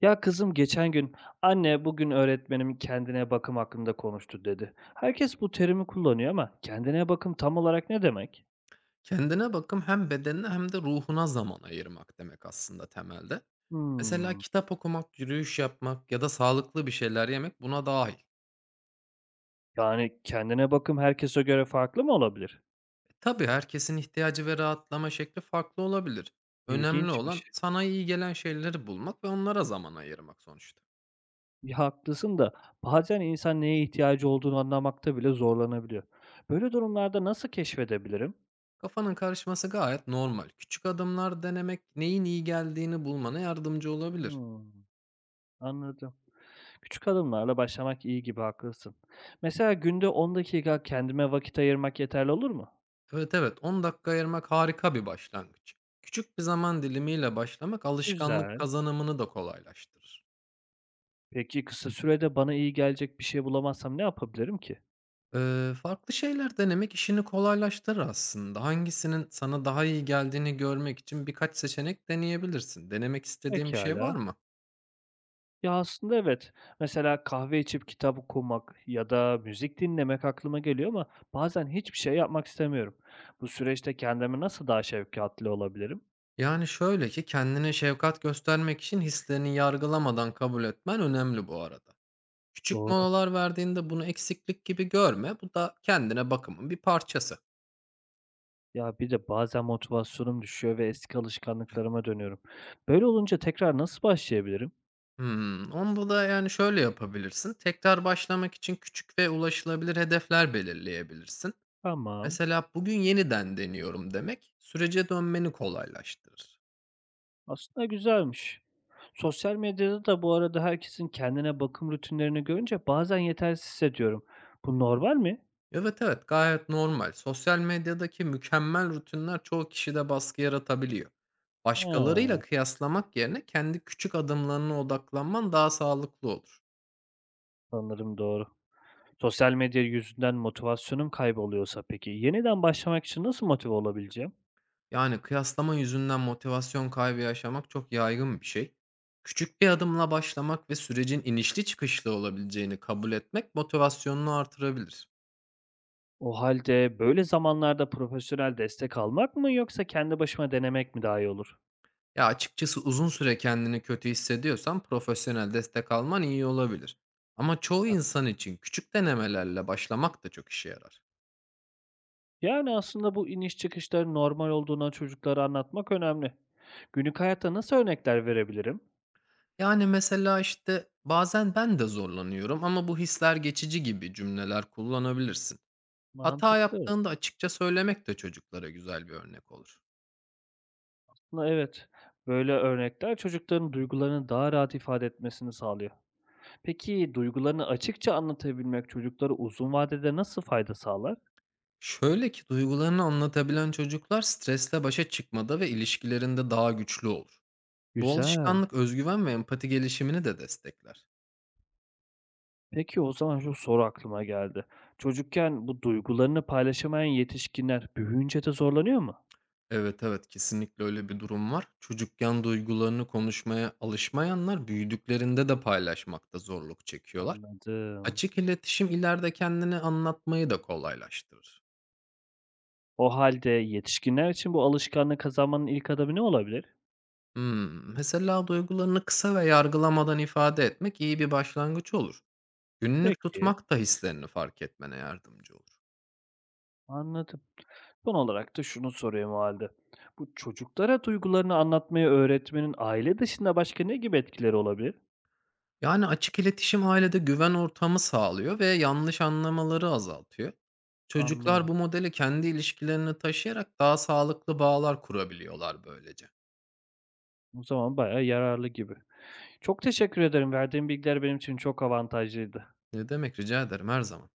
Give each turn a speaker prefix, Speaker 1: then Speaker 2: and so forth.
Speaker 1: Ya kızım geçen gün anne bugün öğretmenim kendine bakım hakkında konuştu dedi. Herkes bu terimi kullanıyor ama kendine bakım tam olarak ne demek?
Speaker 2: Kendine bakım hem bedenine hem de ruhuna zaman ayırmak demek aslında temelde. Mesela
Speaker 1: Hmm,
Speaker 2: kitap okumak, yürüyüş yapmak ya da sağlıklı bir şeyler yemek buna dahil.
Speaker 1: yani kendine bakım herkese göre farklı mı olabilir?
Speaker 2: Tabii herkesin ihtiyacı ve rahatlama şekli farklı olabilir. Önemli
Speaker 1: İlginçmiş.
Speaker 2: olan sana iyi gelen şeyleri bulmak ve onlara zaman ayırmak sonuçta.
Speaker 1: Ya haklısın da bazen insan neye ihtiyacı olduğunu anlamakta bile zorlanabiliyor. Böyle durumlarda nasıl keşfedebilirim?
Speaker 2: Kafanın karışması gayet normal. Küçük adımlar denemek neyin iyi geldiğini bulmana yardımcı olabilir.
Speaker 1: Hmm, anladım. Küçük adımlarla başlamak iyi gibi haklısın. Mesela günde 10 dakika kendime vakit ayırmak yeterli olur mu?
Speaker 2: Evet, evet, 10 dakika ayırmak harika bir başlangıç. Küçük bir zaman dilimiyle başlamak alışkanlık
Speaker 1: Güzel.
Speaker 2: kazanımını da kolaylaştırır.
Speaker 1: Peki, kısa sürede bana iyi gelecek bir şey bulamazsam ne yapabilirim ki?
Speaker 2: Farklı şeyler denemek işini kolaylaştırır aslında. Hangisinin sana daha iyi geldiğini görmek için birkaç seçenek deneyebilirsin. Denemek istediğin bir şey
Speaker 1: Pekâlâ.
Speaker 2: var mı?
Speaker 1: Ya, aslında evet. Mesela kahve içip kitap okumak ya da müzik dinlemek aklıma geliyor ama bazen hiçbir şey yapmak istemiyorum. Bu süreçte kendimi nasıl daha şefkatli olabilirim?
Speaker 2: Yani şöyle ki kendine şefkat göstermek için hislerini yargılamadan kabul etmen önemli bu arada. Küçük
Speaker 1: Doğru.
Speaker 2: molalar verdiğinde bunu eksiklik gibi görme. Bu da kendine bakımın bir parçası.
Speaker 1: Ya, bir de bazen motivasyonum düşüyor ve eski alışkanlıklarıma dönüyorum. Böyle olunca tekrar nasıl başlayabilirim?
Speaker 2: Hımm. Onda da, yani, şöyle yapabilirsin. Tekrar başlamak için küçük ve ulaşılabilir hedefler belirleyebilirsin.
Speaker 1: Tamam.
Speaker 2: Mesela, "Bugün yeniden deniyorum." demek sürece dönmeni kolaylaştırır.
Speaker 1: Aslında güzelmiş. Sosyal medyada da bu arada herkesin kendine bakım rutinlerini görünce bazen yetersiz hissediyorum. Bu normal mi?
Speaker 2: Evet, evet, gayet normal. Sosyal medyadaki mükemmel rutinler çoğu kişide baskı yaratabiliyor. Başkalarıyla
Speaker 1: Ha,
Speaker 2: kıyaslamak yerine kendi küçük adımlarına odaklanman daha sağlıklı olur.
Speaker 1: sanırım doğru. Sosyal medya yüzünden motivasyonum kayboluyorsa peki yeniden başlamak için nasıl motive olabileceğim?
Speaker 2: Yani kıyaslama yüzünden motivasyon kaybı yaşamak çok yaygın bir şey. Küçük bir adımla başlamak ve sürecin inişli çıkışlı olabileceğini kabul etmek motivasyonunu artırabilir.
Speaker 1: O halde böyle zamanlarda profesyonel destek almak mı yoksa kendi başıma denemek mi daha iyi olur?
Speaker 2: Ya açıkçası uzun süre kendini kötü hissediyorsan profesyonel destek alman iyi olabilir. Ama çoğu
Speaker 1: Bak,
Speaker 2: insan için küçük denemelerle başlamak da çok işe yarar.
Speaker 1: yani aslında bu iniş çıkışların normal olduğuna çocuklara anlatmak önemli. Günlük hayatta nasıl örnekler verebilirim?
Speaker 2: Yani mesela işte bazen ben de zorlanıyorum ama bu hisler geçici gibi cümleler kullanabilirsin. Hata
Speaker 1: Mantıklı.
Speaker 2: yaptığında açıkça söylemek de çocuklara güzel bir örnek olur.
Speaker 1: Evet, böyle örnekler çocukların duygularını daha rahat ifade etmesini sağlıyor. Peki duygularını açıkça anlatabilmek çocuklara uzun vadede nasıl fayda sağlar?
Speaker 2: Şöyle ki duygularını anlatabilen çocuklar stresle başa çıkmada ve ilişkilerinde daha güçlü olur. Bu
Speaker 1: Güzel.
Speaker 2: alışkanlık özgüven ve empati gelişimini de destekler.
Speaker 1: Peki o zaman şu soru aklıma geldi. Çocukken bu duygularını paylaşamayan yetişkinler büyüyünce de zorlanıyor mu?
Speaker 2: Evet, evet, kesinlikle öyle bir durum var. Çocukken duygularını konuşmaya alışmayanlar büyüdüklerinde de paylaşmakta zorluk çekiyorlar.
Speaker 1: Anladım.
Speaker 2: Açık iletişim ileride kendini anlatmayı da kolaylaştırır.
Speaker 1: O halde yetişkinler için bu alışkanlığı kazanmanın ilk adımı ne olabilir?
Speaker 2: Hmm, mesela duygularını kısa ve yargılamadan ifade etmek iyi bir başlangıç olur. Günlük
Speaker 1: Peki.
Speaker 2: tutmak da hislerini fark etmene yardımcı olur.
Speaker 1: Anladım. Son olarak da şunu sorayım o hâlde. Bu çocuklara duygularını anlatmayı öğretmenin aile dışında başka ne gibi etkileri olabilir?
Speaker 2: Yani, açık iletişim ailede güven ortamı sağlıyor ve yanlış anlamaları azaltıyor. Çocuklar
Speaker 1: Anlıyorum.
Speaker 2: bu modeli kendi ilişkilerine taşıyarak daha sağlıklı bağlar kurabiliyorlar böylece.
Speaker 1: O zaman bayağı yararlı gibi. Çok teşekkür ederim. Verdiğin bilgiler benim için çok avantajlıydı.
Speaker 2: Ne demek, rica ederim, her zaman.